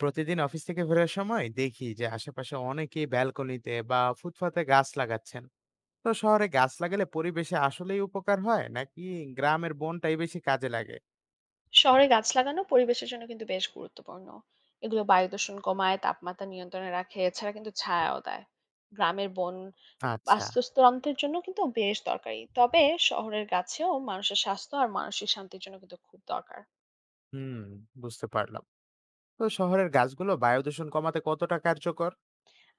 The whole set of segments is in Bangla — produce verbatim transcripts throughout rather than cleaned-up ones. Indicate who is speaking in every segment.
Speaker 1: প্রতিদিন অফিস থেকে ফেরার সময় দেখি যে আশেপাশে অনেকেই ব্যালকনিতে বা ফুটপাতে গাছ লাগাচ্ছেন। তো শহরে গাছ লাগালে পরিবেশে আসলেই উপকার হয় নাকি গ্রামের বনটাই বেশি কাজে লাগে?
Speaker 2: শহরে গাছ লাগানো পরিবেশের জন্য কিন্তু বেশ গুরুত্বপূর্ণ। এগুলো বায়ু দূষণ কমায়, তাপমাত্রা নিয়ন্ত্রণে রাখে, এছাড়া কিন্তু ছায়াও দেয়। গ্রামের বন
Speaker 1: আচ্ছা।
Speaker 2: বাস্তুতন্ত্রের জন্য কিন্তু বেশ দরকারি, তবে শহরের গাছেও মানুষের স্বাস্থ্য আর মানসিক শান্তির জন্য কিন্তু খুব দরকার।
Speaker 1: হুম, বুঝতে পারলাম। তো শহরের গাছগুলো বায়ু দূষণ কমাতে কতটা কার্যকর?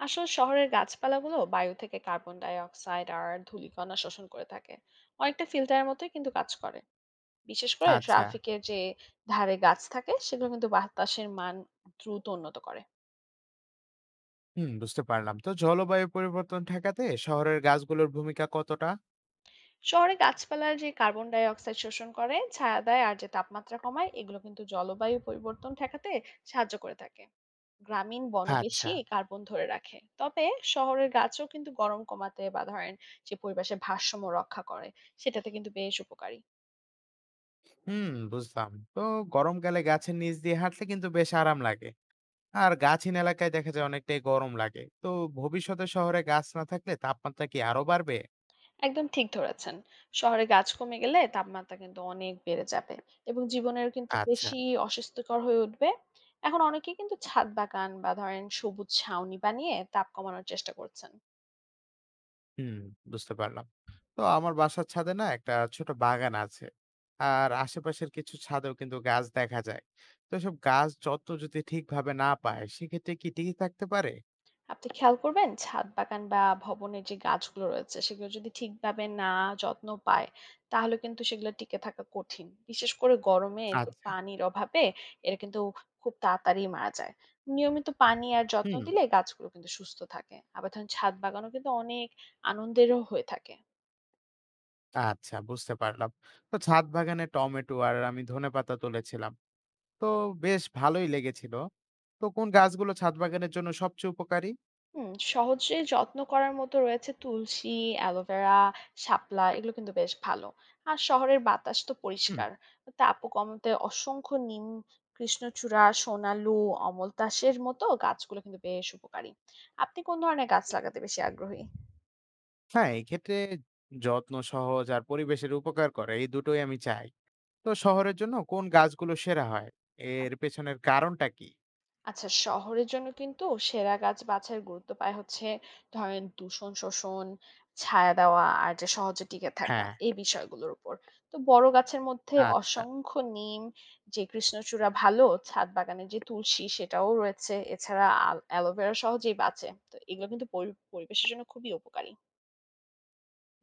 Speaker 2: আসলে শহরের গাছপালাগুলো বায়ু থেকে কার্বন ডাই অক্সাইড আর ধূলিকণা শোষণ করে থাকে, অনেকটা ফিল্টারের মতোই কিন্তু কাজ করে। বিশেষ করে
Speaker 1: আচ্ছা।
Speaker 2: ট্রাফিকের যে ধারে গাছ থাকে সেগুলো কিন্তু বাতাসের মান দ্রুত উন্নত করে।
Speaker 1: হুম, বুঝতে পারলাম। তো জলবায়ু পরিবর্তন ঠেকাতে শহরের গাছগুলোর ভূমিকা কতটা?
Speaker 2: শহরে গাছপালার যে কার্বন ডাই অক্সাইড শোষণ করে, ছায়া দেয়, আর যে তাপমাত্রা কমায়, এগুলো কিন্তু জলবায়ু পরিবর্তন ঠেকাতে সাহায্য করে থাকে। গ্রামীণ
Speaker 1: আচ্ছা।
Speaker 2: বনবেশি কার্বন ধরে রাখে, তবে শহরের গাছও কিন্তু গরম কমাতে বা ধরেন যে পরিবেশের ভারসাম্য রক্ষা করে, সেটাতে কিন্তু বেশ উপকারী।
Speaker 1: হুম, বুঝলাম। তো গরমকালে গাছের নিচ দিয়ে হাঁটলে কিন্তু বেশ আরাম লাগে, আর গাছহীন এলাকায় দেখা যায় অনেকটাই গরম লাগে। তো ভবিষ্যতে শহরে গাছ না থাকলে তাপমাত্রা কি আরো বাড়বে?
Speaker 2: একদম ঠিক ধরেছেন। শহরে গাছ কমে গেলে তাপমাত্রা কিন্তু অনেক বেড়ে যাবে এবং জীবনের কিন্তু
Speaker 1: আচ্ছা।
Speaker 2: বেশি অস্বস্তিকর হয়ে উঠবে। এখন অনেকেই কিন্তু ছাদ বাগান বা ধরেন সবুজ ছাউনি বানিয়ে তাপ কমানোর চেষ্টা করছেন।
Speaker 1: হুম, বুঝতে পারলাম। তো আমার বাসার ছাদে না একটা ছোট বাগান আছে, আর আশেপাশের কিছু ছাদেও কিন্তু গাছ দেখা যায়। তো সব গাছ যত্ন যদি ঠিকভাবে না পায় সেক্ষেত্রে কি টিকে থাকতে পারে?
Speaker 2: আপনি খেয়াল করবেন ছাদ বাগান বা ভবনের যে গাছগুলো রয়েছে সেগুলো যদি ঠিকভাবে না যত্ন পায়, তাহলে কিন্তু সেগুলো টিকে থাকা কঠিন। বিশেষ করে গরমে যে
Speaker 1: আচ্ছা।
Speaker 2: পানির অভাবে এরা কিন্তু খুব তাড়াতাড়ি মারা যায়। নিয়মিত পানি আর যত্ন
Speaker 1: হুম।
Speaker 2: দিলে গাছগুলো কিন্তু সুস্থ থাকে, আবার ধরুন ছাদ বাগানও কিন্তু অনেক আনন্দেরও হয়ে থাকে।
Speaker 1: আচ্ছা, বুঝতে পারলাম। তো ছাদ বাগানে টমেটো আর আমি ধনেপাতা তুলেছিলাম। তো বেশ ভালোই লেগেছিল। তো কোন গাছগুলো ছাদ বাগানের জন্য সবচেয়ে উপকারী?
Speaker 2: হুম, সহজে যত্ন করার মতো রয়েছে তুলসী, অ্যালোভেরা, শাপলা, এগুলো কিন্তু বেশ ভালো। আর শহরের বাতাস তো
Speaker 1: হুম।
Speaker 2: পরিষ্কার। তাপও কমাতে অসংখ্য নিম, কৃষ্ণচূড়া, সোনালু, অমলতাসের মতো গাছগুলো কিন্তু বেশ উপকারী। আপনি কোন ধরনের গাছ লাগাতে বেশি আগ্রহী?
Speaker 1: হ্যাঁ, এক্ষেত্রে যত্ন সহজ আর পরিবেশের উপকার করে এই দুটোই আমি চাই। তো শহরের জন্য কোন গাছগুলো সেরা হয়? এর পেছনের কারণটা কি?
Speaker 2: আচ্ছা, শহরের জন্য কিন্তু সেরা গাছ বাছাইয়ের গুরুত্ব পায় হচ্ছে ধরেন দূষণ শোষণ, ছায়া দেওয়া, আর যে সহজে টিকে থাকা,
Speaker 1: হ্যাঁ।
Speaker 2: এই বিষয়গুলোর উপর। তো বড় গাছের মধ্যে
Speaker 1: আচ্ছা।
Speaker 2: অসংখ্য নিম, যে কৃষ্ণচূড়া ভালো। ছাদ বাগানে যে তুলসী সেটাও রয়েছে, এছাড়া অ্যালোভেরা সহজেই বাঁচে। তো এগুলো কিন্তু পরি- পরিবেশের জন্য খুবই উপকারী।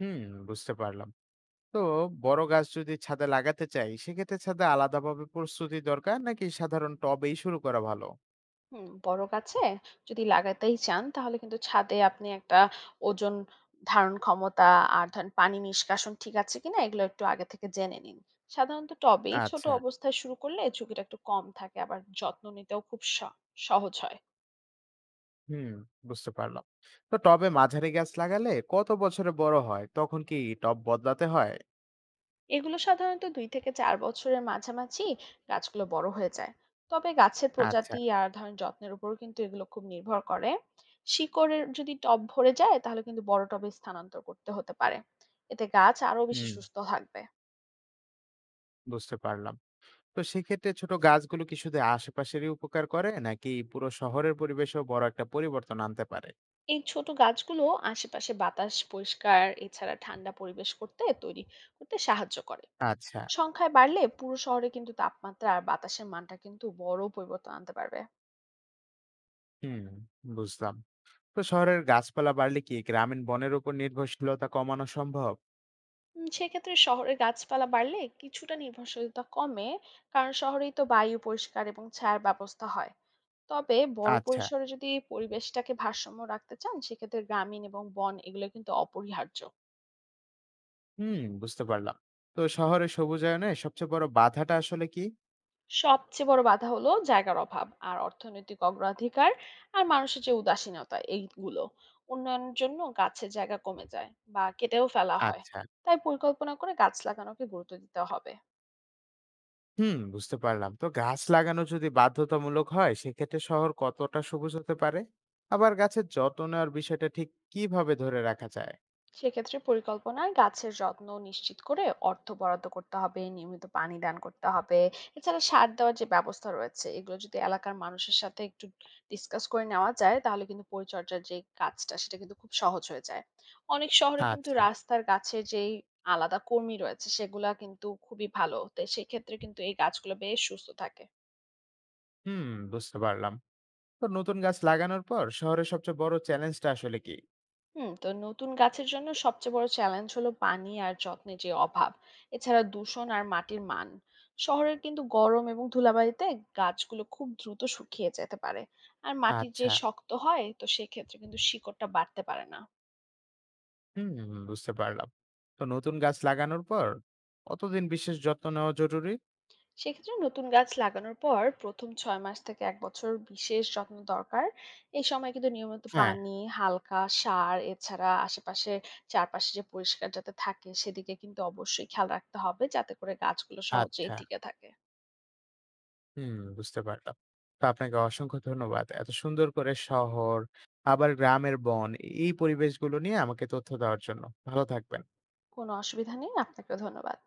Speaker 1: হুম, বুঝতে পারলাম। তো বড় গাছ যদি ছাদে লাগাতে চাই, সেক্ষেত্রে ছাদে আলাদাভাবে প্রস্তুতি দরকার নাকি সাধারণ টবেই শুরু করা ভালো?
Speaker 2: হুম, বড় গাছে যদি লাগাতেই চান, তাহলে কিন্তু ছাদে আপনি একটা ওজন ধারণ ক্ষমতা আর ধরেন পানি নিষ্কাশন ঠিক আছে কিনা, এগুলো একটু আগে থেকে জেনে নিন। সাধারণত টবেই ছোট
Speaker 1: আচ্ছা।
Speaker 2: অবস্থায় শুরু করলে ঝুঁকিটা একটু কম থাকে, আবার যত্ন নিতেও খুব স- সহজ হয়।
Speaker 1: হুম, বুঝতে পারলাম। তো টবে মাঝারি গাছ লাগালে কত বছরে বড় হয়? তখন কি টব বদলাতে হয়?
Speaker 2: এগুলো সাধারণত দুই থেকে চার বছরের মাঝামাঝি গাছগুলো বড় হয়ে যায়। তবে গাছের
Speaker 1: আচ্ছা।
Speaker 2: প্রজাতি আর ধরেন যত্নের উপরও কিন্তু এগুলো খুব নির্ভর করে। শিকড়ের যদি টব ভরে যায়, তাহলে কিন্তু বড় টবে স্থানান্তর করতে হতে পারে। এতে গাছ আরো বেশি
Speaker 1: হুম,
Speaker 2: সুস্থ থাকবে।
Speaker 1: বুঝতে পারলাম। তো সেক্ষেত্রে ছোট গাছগুলো কি শুধু আশেপাশেরই উপকার করে নাকি পুরো শহরের পরিবেশেও বড় একটা পরিবর্তন আনতে পারে?
Speaker 2: এই ছোট গাছগুলো আশেপাশে বাতাস পরিষ্কার, এছাড়া ঠান্ডা পরিবেশ করতে তৈরি করতে সাহায্য করে।
Speaker 1: আচ্ছা।
Speaker 2: সংখ্যায় বাড়লে পুরো শহরে কিন্তু তাপমাত্রা আর বাতাসের মানটা কিন্তু বড় পরিবর্তন আনতে পারবে।
Speaker 1: হুম, বুঝলাম। তো শহরের গাছপালা বাড়লে কি গ্রামীণ বনের উপর নির্ভরশীলতা কমানো সম্ভব?
Speaker 2: উম, সেক্ষেত্রে শহরে গাছপালা বাড়লে কিছুটা নির্ভরশীলতা কমে, কারণ শহরেই তো বায়ু পরিষ্কার এবং ছায়ার ব্যবস্থা হয়। তবে বড়
Speaker 1: আচ্ছা।
Speaker 2: পরিসরে যদি পরিবেশটাকে ভারসাম্য রাখতে চান, সেক্ষেত্রে গ্রামীণ এবং বন এগুলো কিন্তু অপরিহার্য।
Speaker 1: হুম, বুঝতে পারলাম। তো শহরে সবুজায়নে সবচেয়ে বড় বাধাটা আসলে কি?
Speaker 2: সবচেয়ে বড় বাধা হলো জায়গার অভাব আর অর্থনৈতিক অগ্রাধিকার আর মানুষের যে উদাসীনতা, এইগুলো উন্নয়নের জন্য গাছের জায়গা কমে যায় বা কেটেও ফেলা হয়।
Speaker 1: আচ্ছা।
Speaker 2: তাই পরিকল্পনা করে গাছ লাগানোকে গুরুত্ব দিতে হবে।
Speaker 1: হুম, বুঝতে পারলাম। তো গাছ লাগানো যদি বাধ্যতামূলক হয় সেক্ষেত্রে শহর কতটা সবুজ হতে পারে? আবার গাছের যত্ন নেওয়ার বিষয়টা ঠিক কিভাবে ধরে রাখা যায়?
Speaker 2: সেক্ষেত্রে পরিকল্পনায় গাছের যত্ন নিশ্চিত করে অর্থ বরাদ্দ করতে হবে, নিয়মিত পানি দান করতে হবে, এছাড়া সার দেওয়ার যে ব্যবস্থা রয়েছে, এগুলো যদি এলাকার মানুষের সাথে একটু ডিসকাস করে নেওয়া যায়, তাহলে কিন্তু পরিচর্যার যে কাজটা সেটা কিন্তু খুব সহজ হয়ে যায়। অনেক শহরে কিন্তু
Speaker 1: আচ্ছা।
Speaker 2: রাস্তার গাছে যেই আলাদা কর্মী রয়েছে, সেগুলা কিন্তু খুবই ভালো। তো সেক্ষেত্রে কিন্তু এই গাছগুলো বেশ সুস্থ থাকে।
Speaker 1: হুম, বুঝতে পারলাম। তো নতুন গাছ লাগানোর পর শহরের সবচেয়ে বড় চ্যালেঞ্জটা আসলে কি?
Speaker 2: হুম তো নতুন গাছের জন্য সবচেয়ে বড় চ্যালেঞ্জ হলো পানি আর যত্নের যে অভাব, এছাড়া দূষণ আর মাটির মান। শহরের কিন্তু গরম এবং ধুলাবালিতে গাছগুলো খুব দ্রুত শুকিয়ে যেতে পারে, আর মাটি যে
Speaker 1: আচ্ছা।
Speaker 2: শক্ত হয়, তো সেক্ষেত্রে কিন্তু শিকড়টা বাড়তে পারে না।
Speaker 1: হুম, বুঝতে পারলাম। তো নতুন গাছ লাগানোর পর কতদিন বিশেষ যত্ন নেওয়া জরুরি?
Speaker 2: সেক্ষেত্রে নতুন গাছ লাগানোর পর প্রথম ছয় মাস থেকে এক বছর বিশেষ যত্ন দরকার। এই সময় কিন্তু নিয়মিত
Speaker 1: হ্যাঁ।
Speaker 2: পানি, হালকা সার, এছাড়া আশেপাশে চারপাশে যে পরিষ্কার যাতে থাকে সেদিকে কিন্তু অবশ্যই খেয়াল রাখতে হবে, যাতে করে গাছগুলো সহজেই
Speaker 1: আচ্ছা।
Speaker 2: টিকে থাকে।
Speaker 1: হুম, বুঝতে পারলাম। তো আপনাকে অসংখ্য ধন্যবাদ এত সুন্দর করে শহর আবার গ্রামের বন এই পরিবেশগুলো নিয়ে আমাকে তথ্য দেওয়ার জন্য। ভালো থাকবেন।
Speaker 2: কোনো অসুবিধা নেই, আপনাকে ধন্যবাদ।